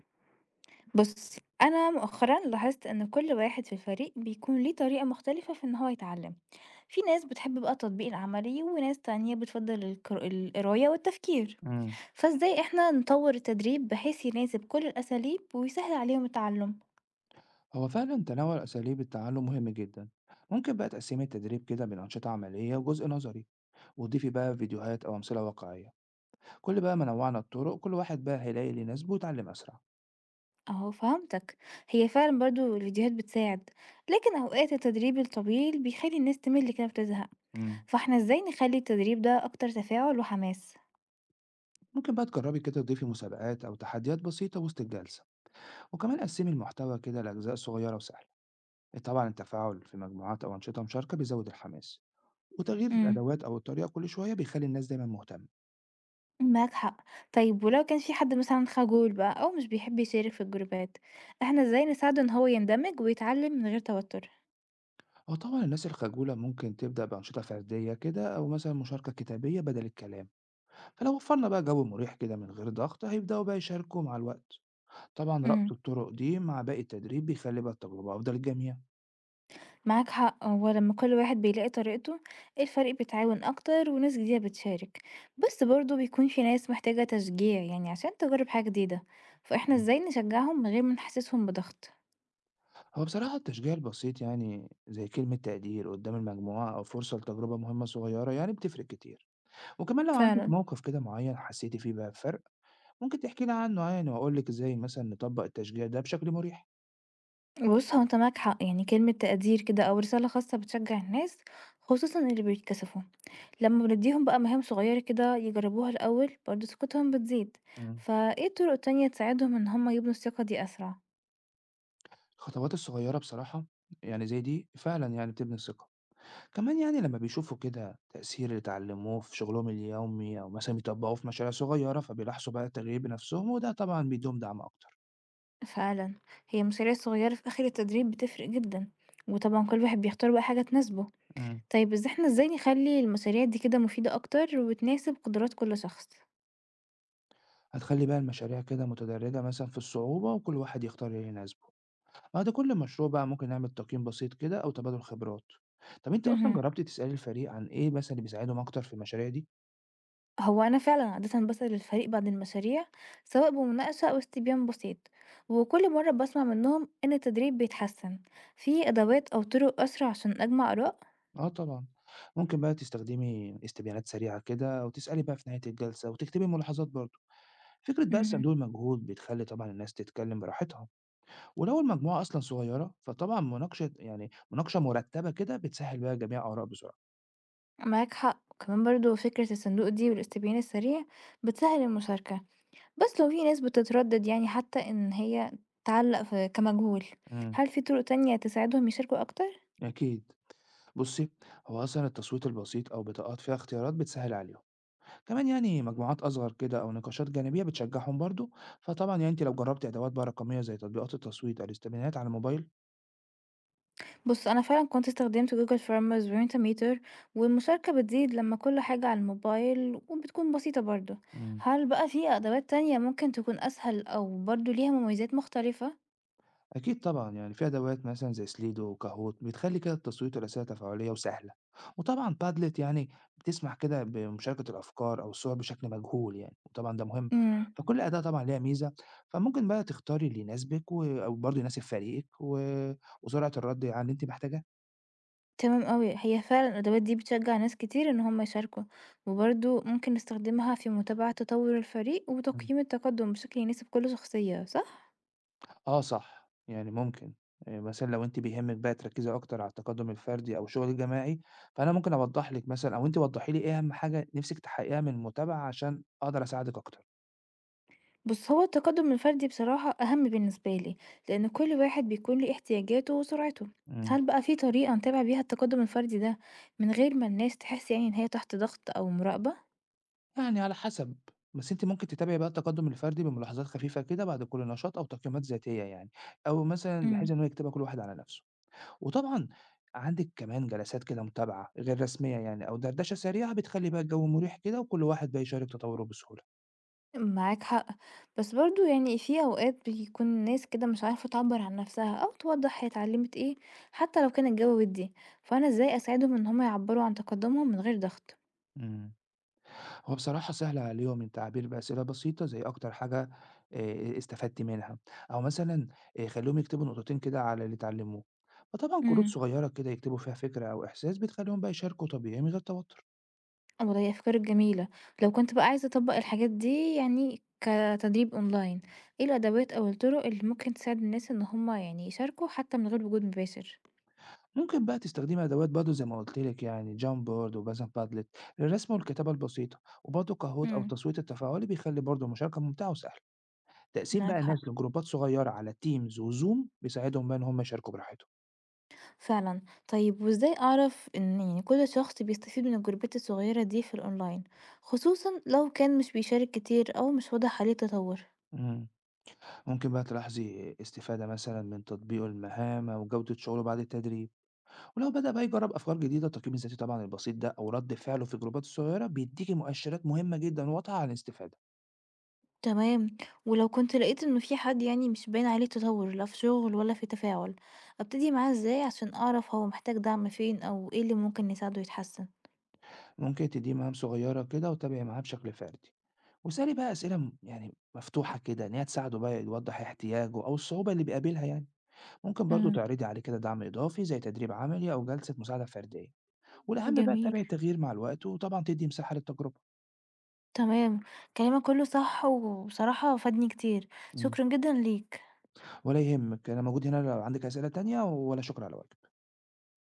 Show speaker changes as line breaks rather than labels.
بُصّي، أنا مؤخرًا لاحظت إن كل واحد في الفريق بيكون ليه طريقة مختلفة في إن هو يتعلم، في ناس بتحب بقى التطبيق العملي وناس تانية بتفضّل القراية والتفكير،
امم
فإزاي إحنا نطوّر التدريب بحيث يناسب كل الأساليب ويسهّل عليهم التعلم؟
هو فعلا تنوع أساليب التعلم مهم جدا. ممكن بقى تقسمي التدريب كده بين أنشطة عملية وجزء نظري. وتضيفي بقى فيديوهات أو أمثلة واقعية. كل بقى ما نوعنا الطرق كل واحد بقى هيلاقي اللي يناسبه ويتعلم أسرع.
أهو فهمتك، هي فعلًا برضه الفيديوهات بتساعد، لكن أوقات التدريب الطويل بيخلّي الناس تمِل كده وتزهق،
امم
فإحنا إزاي نخلّي التدريب ده أكتر تفاعل وحماس؟
ممكن بقى تجربي كده تضيفي مسابقات أو تحديات بسيطة وسط الجلسة. وكمان قسمي المحتوى كده لأجزاء صغيرة وسهلة. طبعا التفاعل في مجموعات أو أنشطة مشاركة بيزود الحماس. وتغيير
إمم.
الأدوات أو الطريقة كل شوية بيخلي الناس دايما مهتمة.
معاك حق. طيب ولو كان في حد مثلا خجول بقى أو مش بيحب يشارك في الجروبات، احنا ازاي نساعده ان هو يندمج ويتعلم من غير توتر؟
هو طبعًا الناس الخجولة ممكن تبدأ بأنشطة فردية كده أو مثلًا مشاركة كتابية بدل الكلام، فلو وفرنا بقى جو مريح كده من غير ضغط هيبدأوا بقى يشاركوا مع الوقت، طبعًا ربط
امم.
الطرق دي مع باقي التدريب بيخلي بقى التجربة أفضل للجميع.
معاك حق، هو لما كل واحد بيلاقي طريقته الفريق بيتعاون أكتر وناس جديدة بتشارك، بس برضه بيكون في ناس محتاجة تشجيع يعني عشان تجرب حاجة جديدة، فاحنا
مم.
ازاي نشجعهم من غير ما نحسسهم بضغط؟
هو بصراحة التشجيع البسيط يعني زي كلمة تقدير قدام المجموعة أو فرصة لتجربة مهمة صغيرة يعني بتفرق كتير، وكمان لو عندك
فعلا.
موقف كده معين حسيتي فيه بقى بفرق. ممكن تحكي لي عنه يعني وأقول لك إزاي مثلًا نطبق التشجيع ده بشكل مريح.
بص، هو انت معاك حق، يعني كلمة تقدير كده أو رسالة خاصة بتشجع الناس، خصوصا اللي بيتكسفوا. لمّا بندّيهم بقى مهام صغيّرة كده يجرّبوها الأول، برضه ثقتهم بتزيد،
مم.
فإيه طرق تانية تساعدهم إن هُم يبنوا الثقة دي أسرع؟
الخطوات الصغيرة بصراحة يعني زي دي فعلًا يعني بتبني الثقة، كمان يعني لمّا بيشوفوا كده تأثير اللي اتعلموه في شغلهم اليومي أو مثلًا بيطبقوه في مشاريع صغيرة، فبيلاحظوا بقى التغيير بنفسهم وده طبعًا بيديهم دعم أكتر.
فعلًا، هي مشاريع صغيّرة في آخر التدريب بتفرق جدًا، وطبعًا كل واحد بيختار بقى حاجة تناسبه.
امم.
طيب إحنا إزاي نخلّي المشاريع دي كده مفيدة أكتر وتناسب قدرات كل شخص؟
هتخلّي بقى المشاريع كده متدرجة مثلًا في الصعوبة وكل واحد يختار اللي يناسبه، بعد كل مشروع بقى ممكن نعمل تقييم بسيط كده أو تبادل خبرات. طب أنتِ أصلًا
اهم.
جربتِ تسألي الفريق عن إيه مثلًا اللي بيساعدهم أكتر في المشاريع دي؟
هو أنا فعلًا عادةً باسأل الفريق بعد المشاريع، سواء بمناقشة أو استبيان بسيط، وكل مرّة باسمع منّهم إن التدريب بيتحسن. في أدوات أو طرق أسرع عشان أجمع آراء؟
آه طبعًا، ممكن بقى تستخدمي استبيانات سريعة كده وتسألي بقى في نهاية الجلسة وتكتبي ملاحظات برضه، فكرة بقى
اهم.
صندوق المجهود بتخلّي طبعًا الناس تتكلم براحتها، ولو المجموعة أصلًا صغيرة فطبعًا مناقشة يعني مناقشة مرتبة كده بتسهّل بقى جميع آراء بسرعة.
معاك حق، وكمان برضه فكرة الصندوق دي والاستبيان السريع بتسهّل المشاركة، بس لو في ناس بتتردد يعني حتى إن هي تعلّق في كمجهول،
إمم.
هل في طرق تانية تساعدهم يشاركوا أكتر؟
أكيد. بُصّي، هو أصلًا التصويت البسيط أو بطاقات فيها اختيارات بتسهّل عليهم، كمان يعني مجموعات أصغر كده أو نقاشات جانبية بتشجّعهم برضه، فطبعًا يعني أنتِ لو جرّبتِ أدوات بقى رقمية زي تطبيقات التصويت أو الاستبيانات على الموبايل.
بُص، أنا فعلًا كنت استخدمت Google Farmers وMentimeter، والمشاركة بتزيد لمّا كل حاجة على الموبايل وبتكون بسيطة برضه،
إمم.
هل بقى في أدوات تانية ممكن تكون أسهل أو برضه ليها مميزات مختلفة؟
أكيد طبعًا، يعني في أدوات مثلًا زي سليدو وكاهوت بتخلّي كده التصويت والأسئلة تفاعلية وسهلة، وطبعًا بادلت يعني بتسمح كده بمشاركة الأفكار أو الصور بشكل مجهول يعني، وطبعًا ده مهم،
إمم.
فكل أداة طبعًا ليها ميزة، فممكن بقى تختاري اللي يناسبِك أو برضه يناسب فريقِك وسرعة الرد يعني اللي أنتِ محتاجاها.
تمام أوي، هي فعلًا الأدوات دي بتشجّع ناس كتير إن هم يشاركوا، وبرضه ممكن نستخدمها في متابعة تطوّر الفريق
إمم.
وتقييم التقدّم بشكل يناسب كل شخصية، صح؟
آه صح، يعني ممكن مثلًا لو أنتِ بيهمِك بقى تركّزي أكتر على التقدم الفردي أو الشغل الجماعي، فأنا ممكن أوضّح لِك مثلًا أو أنتِ وضّحي لي إيه أهم حاجة نِفسِك تحققيها من المتابعة عشان أقدر أساعدِك أكتر.
بُص، هو التقدّم الفردي بصراحة أهم بالنسبة لي، لإن كل واحد بيكون ليه احتياجاته وسرعته،
إمم.
هل بقى في طريقة نتابع بيها التقدّم الفردي ده من غير ما الناس تحس يعني إن هي تحت ضغط أو مراقبة؟
يعني على حسب، بس أنتِ ممكن تتابعي بقى التقدُّم الفردي بملاحظات خفيفة كده بعد كل نشاط أو تقييمات ذاتية يعني، أو مثلًا بحيث
إمم.
إن هو يكتبها كل واحد على نَفْسه. وطبعًا عندِك كمان جلسات كده متابعة غير رسمية يعني أو دردشة سريعة بتخلّي بقى الجو مُريح كده وكل واحد بقى يشارك تطوّره بسهولة.
معاك حق، بس برضو يعني في اوقات بيكون ناس كده مش عارفة تعبر عن نفسها او توضح هي اتعلمت ايه، حتى لو كان الجو ودي، فانا ازاي اساعدهم ان هما يعبروا عن تقدمهم من غير ضغط؟
إمم. هو بصراحة سهل عليهم التعبير بأسئلة بسيطة زي أكتر حاجة استفدت منها أو مثلا خليهم يكتبوا نقطتين كده على اللي اتعلموه. فطبعا كروت
امم.
صغيرة كده يكتبوا فيها فكرة أو إحساس بتخليهم بقى يشاركوا طبيعي من غير توتر.
والله دي افكار جميلة، لو كنت بقى عايزة اطبق الحاجات دي يعني كتدريب اونلاين، ايه الادوات او الطرق اللي ممكن تساعد الناس ان هما يعني يشاركوا حتى من غير وجود مباشر؟
ممكن بقى تستخدمي أدوات برضه زي ما قلت لك يعني جام بورد وبازن بادلت للرسم والكتابة البسيطة وبرضه كاهوت أو
امم.
التصويت التفاعلي بيخلي برضه المشاركة ممتعة وسهلة. تقسيم
معاك
بقى الناس
حق،
لجروبات صغيرة على تيمز وزوم بيساعدهم بقى إن هم يشاركوا براحتهم.
فعلًا، طيب وإزاي أعرف إن يعني كل شخص بيستفيد من الجروبات الصغيرة دي في الأونلاين، خصوصًا لو كان مش بيشارك كتير أو مش واضح عليه تطور؟
مم. ممكن بقى تلاحظي استفادة مثلا من تطبيقه المهام أو جودة شغله بعد التدريب. ولو بدأ بقى يجرب أفكار جديدة التقييم الذاتي طبعا البسيط ده أو رد فعله في الجروبات الصغيرة بيديكي مؤشرات مهمة جدا واضحة عن الاستفادة.
تمام، ولو كنت لقيت إنه في حد يعني مش باين عليه تطور لا في شغل ولا في تفاعل، أبتدي معاه إزاي عشان أعرف هو محتاج دعم فين أو إيه اللي ممكن يساعده يتحسن؟
ممكن تديه مهام صغيرة كده وتتابعي معاه بشكل فردي. وسألي بقى أسئلة يعني مفتوحة كده إن هي تساعده بقى يوضح احتياجه أو الصعوبة اللي بيقابلها يعني. ممكن برضه
امم.
تعرضي عليه كده دعم إضافي زي تدريب عملي أو جلسة مساعدة فردية. والأهم بقى
جميل.
تتابعي التغيير مع الوقت وطبعا تدي مساحة للتجربة.
تمام، كلامك كله صح وبصراحة فادني كتير، شكرًا جدًا ليك.
ولا يهمِّك، أنا موجود هنا لو عندِك أسئلة تانية، ولا شكر على واجب.